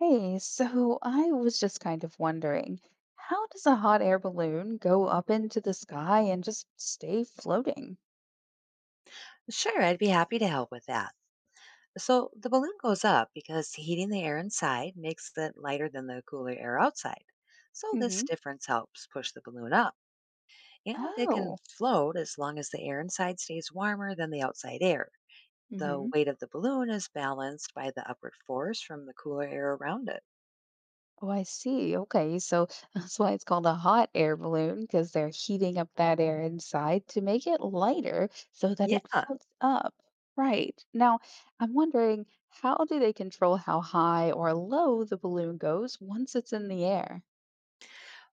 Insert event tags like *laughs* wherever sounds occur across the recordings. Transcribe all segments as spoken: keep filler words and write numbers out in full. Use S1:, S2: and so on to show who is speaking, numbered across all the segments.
S1: Hey, so I was just kind of wondering, how does a hot air balloon go up into the sky and just stay floating?
S2: Sure, I'd be happy to help with that. So the balloon goes up because heating the air inside makes it lighter than the cooler air outside. So this
S1: Mm-hmm.
S2: difference helps push the balloon up, and it can
S1: Oh.
S2: float as long as the air inside stays warmer than the outside air. The
S1: Mm-hmm.
S2: weight of the balloon is balanced by the upward force from the cooler air around it.
S1: Oh, I see. Okay, so *laughs* that's why it's called a hot air balloon, because they're heating up that air inside to make it lighter so that it
S2: Yeah.
S1: floats up. Right. Now, I'm wondering, how do they control how high or low the balloon goes once it's in the air?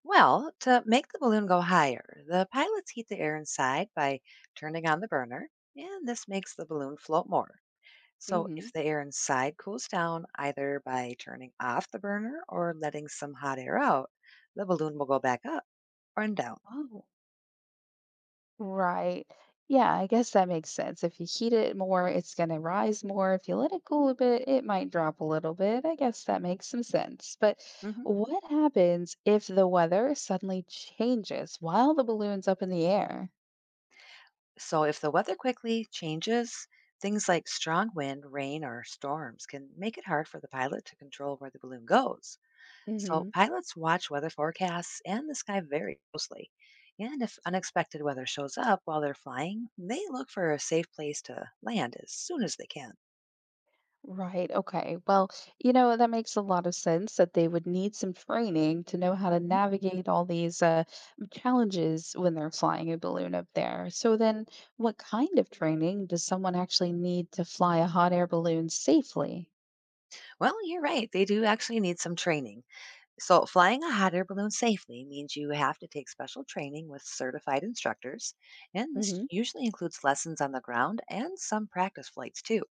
S2: Well, to make the balloon go higher, the pilots heat the air inside by turning on the burner, and this makes the balloon float more. So,
S1: Mm-hmm.
S2: if the air inside cools down, either by turning off the burner or letting some hot air out, the balloon will go back up or and down.
S1: Oh. Right. Yeah, I guess that makes sense. If you heat it more, it's going to rise more. If you let it cool a bit, it might drop a little bit. I guess that makes some sense. But
S2: hmm
S1: what happens if the weather suddenly changes while the balloon's up in the air?
S2: So, if the weather quickly changes, things like strong wind, rain, or storms can make it hard for the pilot to control where the balloon goes. So, pilots watch weather forecasts and the sky very closely. And if unexpected weather shows up while they're flying, they look for a safe place to land as soon as they can.
S1: Right. Okay. Well, you know, that makes a lot of sense that they would need some training to know how to navigate all these uh, challenges when they're flying a balloon up there. So then, what kind of training does someone actually need to fly a hot air balloon safely?
S2: Well, you're right. They do actually need some training. So, flying a hot air balloon safely means you have to take special training with certified instructors. And this
S1: Hmm.
S2: usually includes lessons on the ground and some practice flights, too.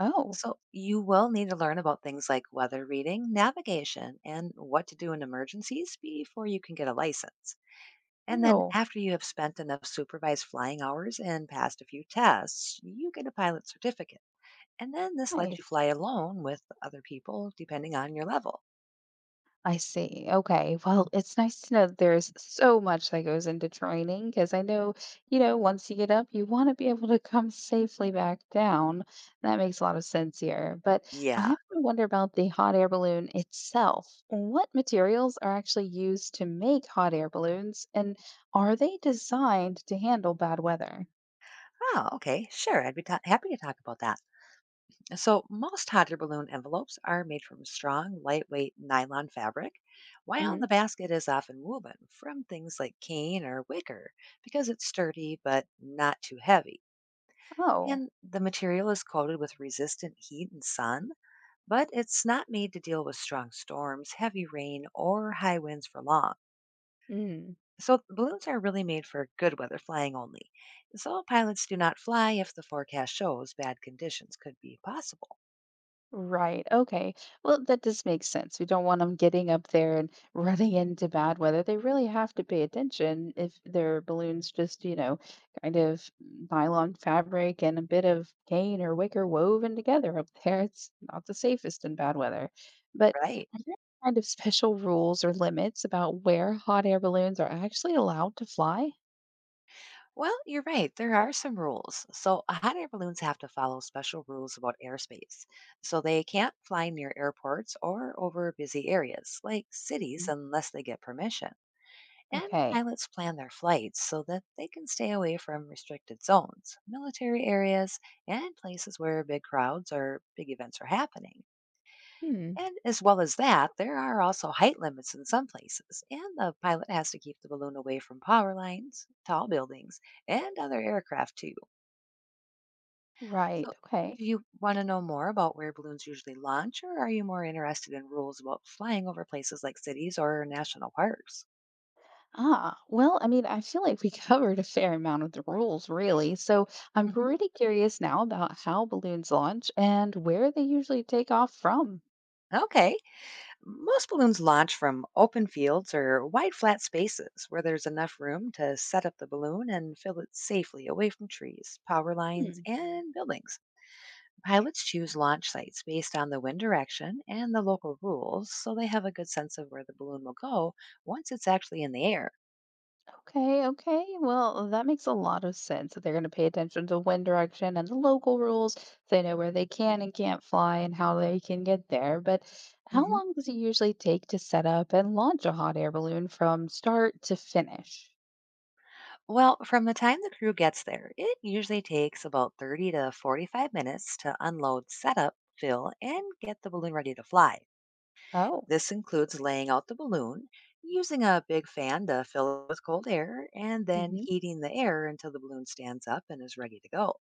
S1: Oh.
S2: So, you will need to learn about things like weather reading, navigation, and what to do in emergencies before you can get a license. And then,
S1: Oh,
S2: after you have spent enough supervised flying hours and passed a few tests, you get a pilot certificate. And then this lets you fly
S1: nice.
S2: alone with other people, depending on your level.
S1: I see. Okay. Well, it's nice to know that there's so much that goes into training because I know, you know, once you get up, you want to be able to come safely back down. That makes a lot of sense here. But I
S2: Yeah.
S1: have to wonder about the hot air balloon itself. What materials are actually used to make hot air balloons, and are they designed to handle bad weather?
S2: Oh, okay. Sure. I'd be ta- happy to talk about that. So, most hot air balloon envelopes are made from strong, lightweight nylon fabric, while
S1: Hmm.
S2: the basket is often woven from things like cane or wicker because it's sturdy but not too heavy.
S1: Oh.
S2: And the material is coated with resistant heat and sun, but it's not made to deal with strong storms, heavy rain, or high winds for long.
S1: Mm.
S2: So balloons are really made for good weather flying only. So pilots do not fly if the forecast shows bad conditions could be possible.
S1: Right. Okay. Well, that does make sense. We don't want them getting up there and *laughs* running into bad weather. They really have to pay attention if their balloon's just, you know, kind of nylon fabric and a bit of cane or wicker woven together up there. It's not the safest in bad weather. But
S2: Right.
S1: are there kind of special rules or limits about where hot air balloons are actually allowed to fly?
S2: Well, you're right. There are some rules. So hot air balloons have to follow special rules about airspace. So they can't fly near airports or over busy areas like cities
S1: Mm.
S2: unless they get permission. And
S1: Okay.
S2: pilots plan their flights so that they can stay away from restricted zones, military areas, and places where big crowds or big events are happening.
S1: Hmm.
S2: And as well as that, there are also height limits in some places, and the pilot has to keep the balloon away from power lines, tall buildings, and other aircraft too. So,
S1: Right. Okay.
S2: do you want to know more about where balloons usually launch, or are you more interested in rules about flying over places like cities or national parks?
S1: Ah, well, I mean, I feel like we *laughs* covered a fair amount of the rules, really. So I'm
S2: hmm
S1: pretty curious now about how balloons launch and where they usually take off from.
S2: Okay. Most balloons launch from open fields or wide flat spaces where there's enough room to set up the balloon and fill it safely away from trees, power lines,
S1: Hmm.
S2: and buildings. Pilots choose launch sites based on the wind direction and the local rules, so they have a good sense of where the balloon will go once it's actually in the air.
S1: Okay, okay. Well, that makes a lot of sense. That They're going to pay attention to wind direction and the local rules, so they know where they can and can't fly and how they can get there. But how
S2: hmm
S1: long does it usually take to set up and launch a hot air balloon from start to finish?
S2: Well, from the time the crew gets there, it usually takes about thirty to forty-five minutes to unload, set up, fill, and get the balloon ready to fly.
S1: Oh.
S2: This includes laying out the balloon, using a big fan to fill it with cold air, and then
S1: Hmm.
S2: heating the air until the balloon stands up and is ready to go.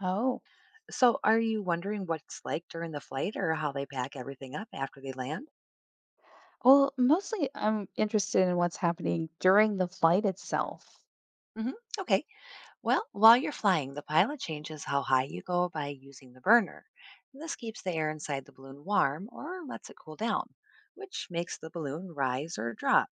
S1: Oh.
S2: So, are you wondering what it's like during the flight or how they pack everything up after they land?
S1: Well, mostly I'm interested in what's happening during the flight itself.
S2: hmm Okay. Well, while you're flying, the pilot changes how high you go by using the burner. This keeps the air inside the balloon warm or lets it cool down, which makes the balloon rise or drop.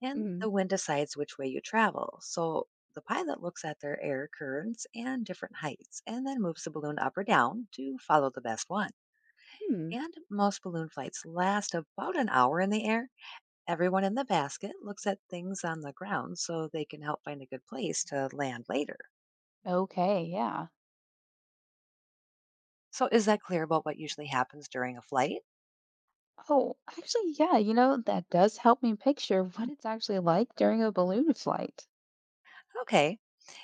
S2: And the
S1: Mm.
S2: wind decides which way you travel. So, the pilot looks at their air currents and different heights and then moves the balloon up or down to follow the best one.
S1: Hmm.
S2: And most balloon flights last about an hour in the air. Everyone in the basket looks at things on the ground so they can help find a good place to land later.
S1: Okay, yeah.
S2: So, is that clear about what usually happens during a flight?
S1: Oh, actually, yeah, you know, that does help me picture what it's actually like during a balloon flight.
S2: Okay.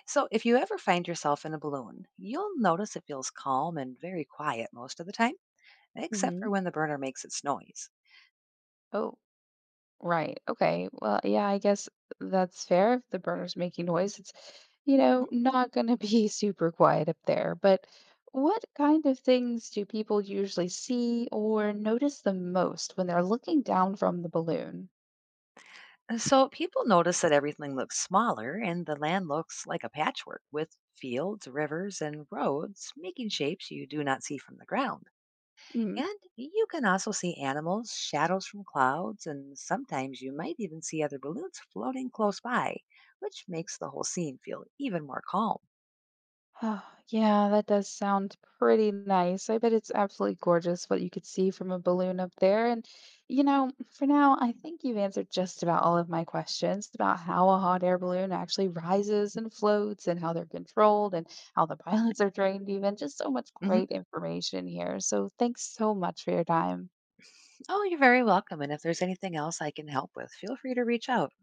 S2: So, if you ever find yourself in a balloon, you'll notice it feels calm and very quiet most of the time, except for
S1: Hmm.
S2: when the burner makes its noise.
S1: Oh, right. Okay. Well, yeah, I guess that's fair. If the burner's making noise, it's, you know,
S2: Mhm.
S1: not going to be *laughs* super quiet up there. But what kind of things do people usually see or notice the most when they're looking down from the balloon?
S2: And So, people notice that everything looks smaller and the land looks like a patchwork with fields, rivers, and roads making shapes you do not see from the ground. And you can also see animals, shadows from clouds, and sometimes you might even see other balloons floating close by, which makes the whole scene feel even more calm.
S1: *sighs* Oh yeah, that does sound pretty nice. I bet it's absolutely gorgeous what you could see from a balloon up there. And, you know, for now, I think you've answered just about all of my questions about how a hot air balloon actually rises and floats and how they're controlled and how the *laughs* pilots are trained, even. Just so much
S2: hmm
S1: great information here. So thanks so much for your time.
S2: Oh, you're very welcome. And if there's anything else I can help with, feel free to reach out.